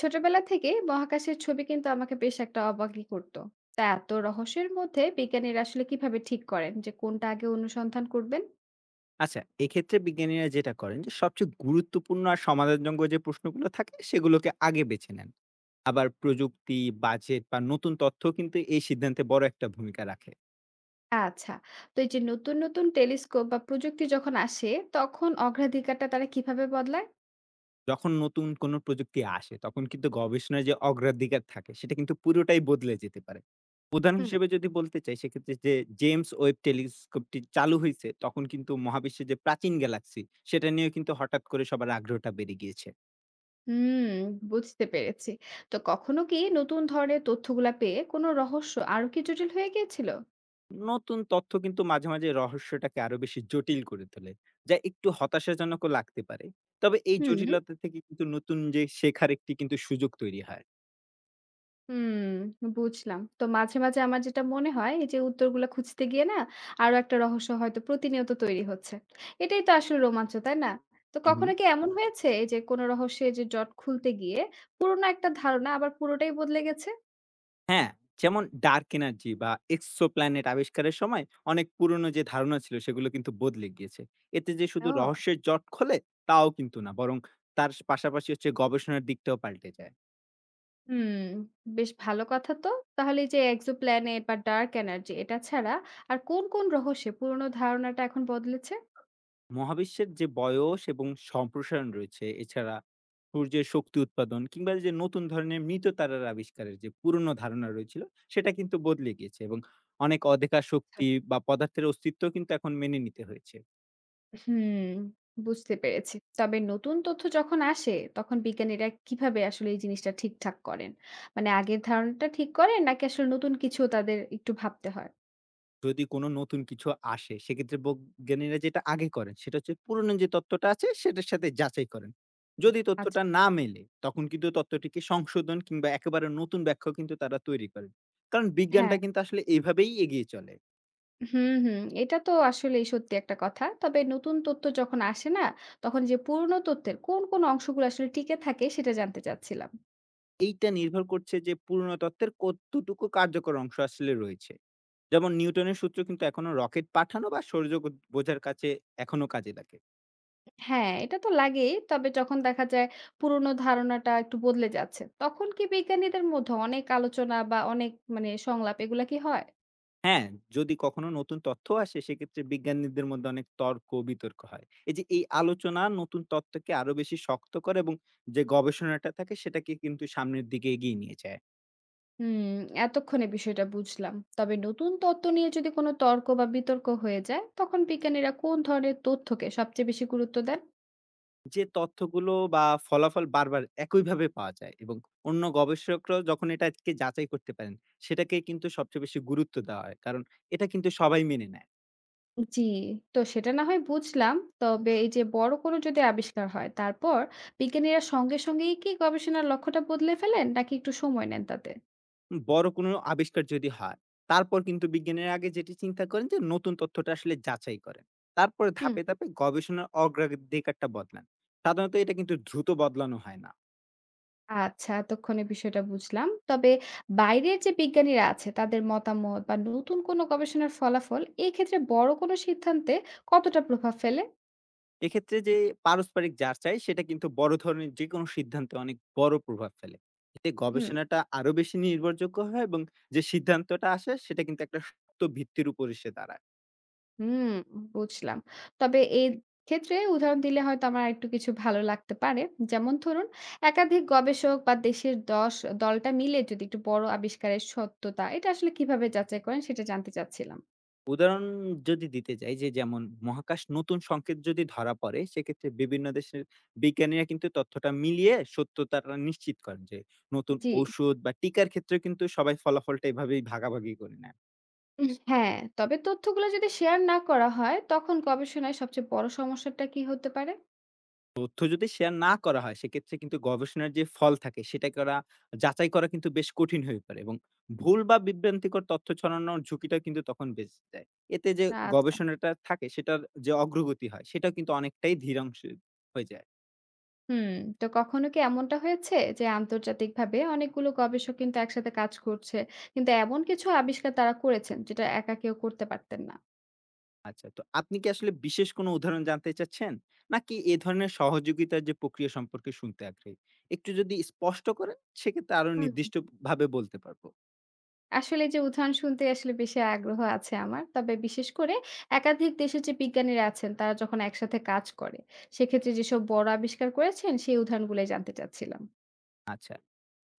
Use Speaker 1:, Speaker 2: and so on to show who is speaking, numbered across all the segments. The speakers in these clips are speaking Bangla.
Speaker 1: ছোটবেলা থেকে মহাকাশের ছবি কিন্তু আমাকে বেশ একটা অবাকই করতো। তা এত রহস্যের মধ্যে বিজ্ঞানীরা আসলে কিভাবে ঠিক করেন যে কোনটা আগে অনুসন্ধান করবেন?
Speaker 2: আচ্ছা, এক্ষেত্রে বিজ্ঞানীরা যেটা করেন যে সবচেয়ে গুরুত্বপূর্ণ আর সমাধানযোগ্য যে প্রশ্নগুলো থাকে সেগুলোকে আগে বেছে নেন। আবার প্রযুক্তি, বাজেট বা নতুন তথ্য কিন্তু এই সিদ্ধান্তে বড় একটা ভূমিকা রাখে।
Speaker 1: আচ্ছা। তো এই যে নতুন নতুন টেলিস্কোপ বা প্রযুক্তি যখন আসে, তখন অগ্রাধিকারটা তারা কিভাবে বদলায়?
Speaker 2: যখন নতুন কোনো প্রযুক্তি আসে তখন কিন্তু গবেষণার যে অগ্রাধিকার থাকে সেটা কিন্তু পুরোটাই বদলে যেতে পারে। উদাহরণ
Speaker 1: হুম।
Speaker 2: হিসেবে যদি বলতে চাই সেক্ষেত্রে যে জেমস ওয়েব টেলিস্কোপটি চালু হয়েছে তখন কিন্তু মহাবিশ্বের যে প্রাচীন গ্যালাক্সি সেটা নিয়েও কিন্তু হঠাৎ করে সবার আগ্রহটা বেড়ে গিয়েছে।
Speaker 1: হুম বুঝতে পেরেছি। তো কখনো কি নতুন ধরনের তথ্যগুলা পেয়ে কোনো রহস্য আরো কি জটিল হয়ে গিয়েছিল?
Speaker 2: নতুন তথ্য কিন্তু মাঝে, মাঝে রহস্যটাকে আরো বেশি জটিল করে তোলে। যা একটু হতাশাজনকও লাগতে পারে। তবে এই
Speaker 1: হুম।
Speaker 2: জটিলতা থেকে কিন্তু নতুন যে শেখার একটি কিন্তু সুযোগ তৈরি হয়।
Speaker 1: হুম, বুঝলাম। তো মাঝে, মাঝে আমার যেটা মনে হয়, এই যে উত্তরগুলা খুঁজতে গিয়ে না, আরো একটা রহস্য হয়তো প্রতিনিয়ত তৈরি হচ্ছে। এটাই তো আসলে রোমাঞ্চ, তাই না? তো
Speaker 2: হু, হু।
Speaker 1: কখনো কি এমন হয়েছে এই যে কোনো রহস্যের যে জট খুলতে গিয়ে পুরোনো একটা ধারণা আবার পুরোটাই বদলে গেছে?
Speaker 2: হ্যাঁ, যেমন ডার্ক এনার্জি বা এক্সোপ্ল্যানেট আবিষ্কারের সময় অনেক পুরনো যে ধারণা ছিল সেগুলো কিন্তু বদলে গিয়েছে। এতে যে শুধু
Speaker 1: ও।
Speaker 2: রহস্যের জট খোলে তাও কিন্তু না, বরং তার পাশাপাশি হচ্ছে গবেষণার দিকটাও পাল্টে যায়।
Speaker 1: হুম, বেশ ভালো কথা তো। তাহলে এই যে এক্সোপ্ল্যানেট বা ডার্ক এনার্জি এটা ছাড়া আর কোন, কোন রহস্যে পুরোনো ধারণাটা এখন বদলেছে?
Speaker 2: মহাবিশ্বের যে বয়স এবং সম্প্রসারণ রয়েছে, এছাড়া সূর্যের শক্তি উৎপাদন কিংবা এই যে নতুন ধরনের মৃত তারার আবিষ্কারের যে পুরনো ধারণা রয়েছিল, সেটা কিন্তু বদলে গিয়েছে এবং অনেক অদেখা শক্তি বা পদার্থের অস্তিত্ব কিন্তু এখন মেনে নিতে হয়েছে।
Speaker 1: হুম, বুঝতে পেরেছি। তবে নতুন তথ্য যখন আসে, তখন বিজ্ঞানীরা কিভাবে আসলে এই জিনিসটা ঠিকঠাক করেন? মানে আগের ধারণাটা ঠিক করেন নাকি আসলে নতুন কিছু তাদের একটু ভাবতে হয়?
Speaker 2: যদি কোনো নতুন কিছু আসে, সেক্ষেত্রে বৈজ্ঞানীরা যেটা আগে করেন, সেটা হচ্ছে পুরনো যে তত্ত্বটা আছে, সেটার সাথে যাচাই করেন। যদি
Speaker 1: আচ্ছা,
Speaker 2: তথ্যটা না মেলে, তখন কিন্তু তত্ত্বটিকে সংশোধন কিংবা একেবারে নতুন ব্যাখ্যা কিন্তু তারা তৈরি করেন। কারণ
Speaker 1: হ্যাঁ।
Speaker 2: বিজ্ঞানটা কিন্তু আসলে এভাবেই এগিয়ে চলে।
Speaker 1: হুম, হুম। এটা তো আসলেই সত্যি একটা কথা। তবে নতুন তথ্য যখন আসে না, তখন যে পুরনো তথ্যের কোন, কোন অংশগুলো আসলে টিকে থাকে সেটা জানতে চাচ্ছিলাম।
Speaker 2: এইটা নির্ভর করছে যে পুরনো তত্ত্বের কতটুকু কার্যকর অংশ আসলে রয়েছে। যেমন নিউটনের সূত্র কিন্তু এখনো রকেট পাঠানো বা সৌরজগৎ বোঝার কাছে এখনো কাজে লাগে।
Speaker 1: হ্যাঁ, এটা তো লাগেই। তবে যখন দেখা যায় পুরনো ধারণাটা একটু বদলে যাচ্ছে, তখন কি বিজ্ঞানীদের মধ্যে অনেক আলোচনা বা অনেক মানে সংলাপ এগুলা কি হয়?
Speaker 2: হ্যাঁ, যদি কখনো নতুন তথ্য আসে সেক্ষেত্রে বিজ্ঞানীদের মধ্যে অনেক তর্ক বিতর্ক হয়। এই যে এই আলোচনা নতুন তত্ত্বকে আরো বেশি শক্ত করে এবং যে গবেষণাটা থাকে সেটাকে কিন্তু সামনের দিকে এগিয়ে নিয়ে যায়।
Speaker 1: হুম, এতক্ষণে বিষয়টা বুঝলাম। তবে নতুন তত্ত্ব নিয়ে যদি কোনো তর্ক বা বিতর্ক হয়ে যায়, তখন বিজ্ঞানীরা কোন ধরনের তথ্যকে সবচেয়ে বেশি গুরুত্ব দেন?
Speaker 2: যে তথ্যগুলো বা ফলাফল বারবার একইভাবে পাওয়া যায় এবং অন্য গবেষকরাও যখন এটাকে যাচাই করতে পারেন সেটাকে কিন্তু সবচেয়ে বেশি গুরুত্ব দেওয়া হয় কারণ এটা কিন্তু সবাই মেনে নেয়।
Speaker 1: জি, তো সেটা না হয় বুঝলাম। তবে এই যে বড় কোনো যদি আবিষ্কার হয়, তারপর বিজ্ঞানীরা সঙ্গে সঙ্গেই কি গবেষণার লক্ষ্যটা বদলে ফেলেন নাকি একটু সময় নেন তাতে?
Speaker 2: বড় কোনো আবিষ্কার যদি হয় তারপর কিন্তু বিজ্ঞানীর আগে যেটি চিন্তা করেন যে নতুন তথ্যটা আসলে যাচাই করেন, তারপরে
Speaker 1: হুম।
Speaker 2: ধাপে ধাপে গবেষণার অগ্রাধিকারটা বদলান। সাধারণত এটা কিন্তু দ্রুত বদলানো হয় না।
Speaker 1: আচ্ছা, এতক্ষণে বিষয়টা বুঝলাম। তবে বাইরের যে বিজ্ঞানীরা আছে, তাদের মতামত বা নতুন কোনো গবেষণার ফলাফল এই ক্ষেত্রে বড় কোনো সিদ্ধান্তে কতটা প্রভাব ফেলে?
Speaker 2: এক্ষেত্রে যে পারস্পরিক যাচাই সেটা কিন্তু বড় ধরনের যে কোনো সিদ্ধান্তে অনেক বড় প্রভাব ফেলে। এতে
Speaker 1: হুম।
Speaker 2: গবেষণাটা আরো বেশি নির্ভরযোগ্য হয় এবং যে সিদ্ধান্তটা আসে সেটা কিন্তু একটা শক্ত ভিত্তির উপর এসে দাঁড়ায়।
Speaker 1: হুম, বুঝলাম। তবে এই ক্ষেত্রে উদাহরণ দিলে হয়তো আমার আরেকটু কিছু ভালো লাগতে পারে। যেমন ধরুন একাধিক গবেষক বা দেশের দশ দলটা মিলে যদি একটু বড় আবিষ্কারের সত্যতা এটা আসলে কিভাবে যাচাই করেন সেটা জানতে চাচ্ছিলাম।
Speaker 2: উদাহরণ যদি দিতে যাই, যে যেমন মহাকাশ নতুন সংকেত যদি ধরা পড়ে সেক্ষেত্রে বিভিন্ন দেশের বিজ্ঞানীরা কিন্তু তথ্যটা মিলিয়ে সত্যতাটা নিশ্চিত করেন। যে নতুন
Speaker 1: জি।
Speaker 2: ঔষধ বা টিকার ক্ষেত্রেও কিন্তু সবাই ফলাফলটা এভাবেই ভাগাভাগি করে নেয়।
Speaker 1: হ্যাঁ, তবে তথ্যগুলো যদি শেয়ার না করা হয় তখন গবেষণায় সবচেয়ে বড় সমস্যাটা কি হতে পারে?
Speaker 2: তথ্য যদি শেয়ার না করা হয় সেক্ষেত্রে কিন্তু গবেষণার যে ফল থাকে সেটা করা যাচাই করা কিন্তু বেশ কঠিন হয়ে পড়ে, এবং ভুল বা বিভ্রান্তিকর তথ্য ছড়ানোর ঝুঁকিটা কিন্তু তখন বেঁচে যায়। এতে যে
Speaker 1: আচ্ছা।
Speaker 2: গবেষণাটা থাকে সেটার যে অগ্রগতি হয় সেটা কিন্তু অনেকটাই ধীরাংশ হয়ে যায়।
Speaker 1: হুম, তো কখনো কি এমনটা হয়েছে যে আন্তর্জাতিকভাবে অনেকগুলো গবেষক কিন্তু একসাথে কাজ করছে, কিন্তু এমন কিছু আবিষ্কার তারা করেছেন যেটা একা কেউ করতে পারতেন না?
Speaker 2: আচ্ছা, তো আপনি কি আসলে বিশেষ কোনো উদাহরণ জানতে চাচ্ছেন নাকি এ ধরনের সহযোগিতার যে প্রক্রিয়া সম্পর্কে শুনতে আগ্রহী? একটু যদি স্পষ্ট করেন সেক্ষেত্রে আরো
Speaker 1: হুম,
Speaker 2: নির্দিষ্ট ভাবে বলতে পারবো।
Speaker 1: আসলে এই যে উদাহরণ শুনতে আসলে বেশি আগ্রহ আছে আমার। তবে বিশেষ করে একাধিক দেশের যে বিজ্ঞানীরা আছেন তারা যখন একসাথে কাজ করে, সেক্ষেত্রে যেসব বড় আবিষ্কার করেছেন সেই উদাহরণগুলাই জানতে চাচ্ছিলাম।
Speaker 2: আচ্ছা,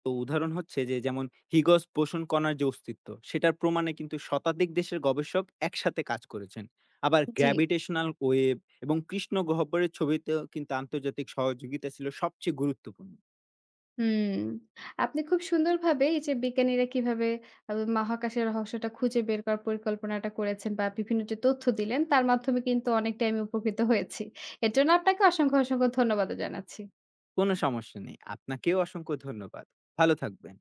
Speaker 2: তো উদাহরণ হচ্ছে যে, যেমন হিগস বোসন কণার যে অস্তিত্ব সেটার প্রমাণে কিন্তু শতাধিক দেশের গবেষক একসাথে কাজ করেছেন। আবার
Speaker 1: জি।
Speaker 2: গ্র্যাভিটেশনাল ওয়েভ এবং কৃষ্ণ গহ্বরের ছবিতেও কিন্তু আন্তর্জাতিক সহযোগিতা ছিল সবচেয়ে গুরুত্বপূর্ণ।
Speaker 1: হুম, আপনি খুব সুন্দরভাবে এই যে বিজ্ঞানীরা কিভাবে আ মহাকাশের রহস্যটা খুঁজে বের করার পরিকল্পনাটা করেছেন বা বিভিন্ন যে তথ্য দিলেন, তার মাধ্যমে কিন্তু অনেকটাই আমি উপকৃত হয়েছি। এর জন্য আপনাকে অসংখ্য, অসংখ্য ধন্যবাদও জানাচ্ছি।
Speaker 2: কোনো সমস্যা নেই, আপনাকেও অসংখ্য ধন্যবাদ। ভালো থাকবেন।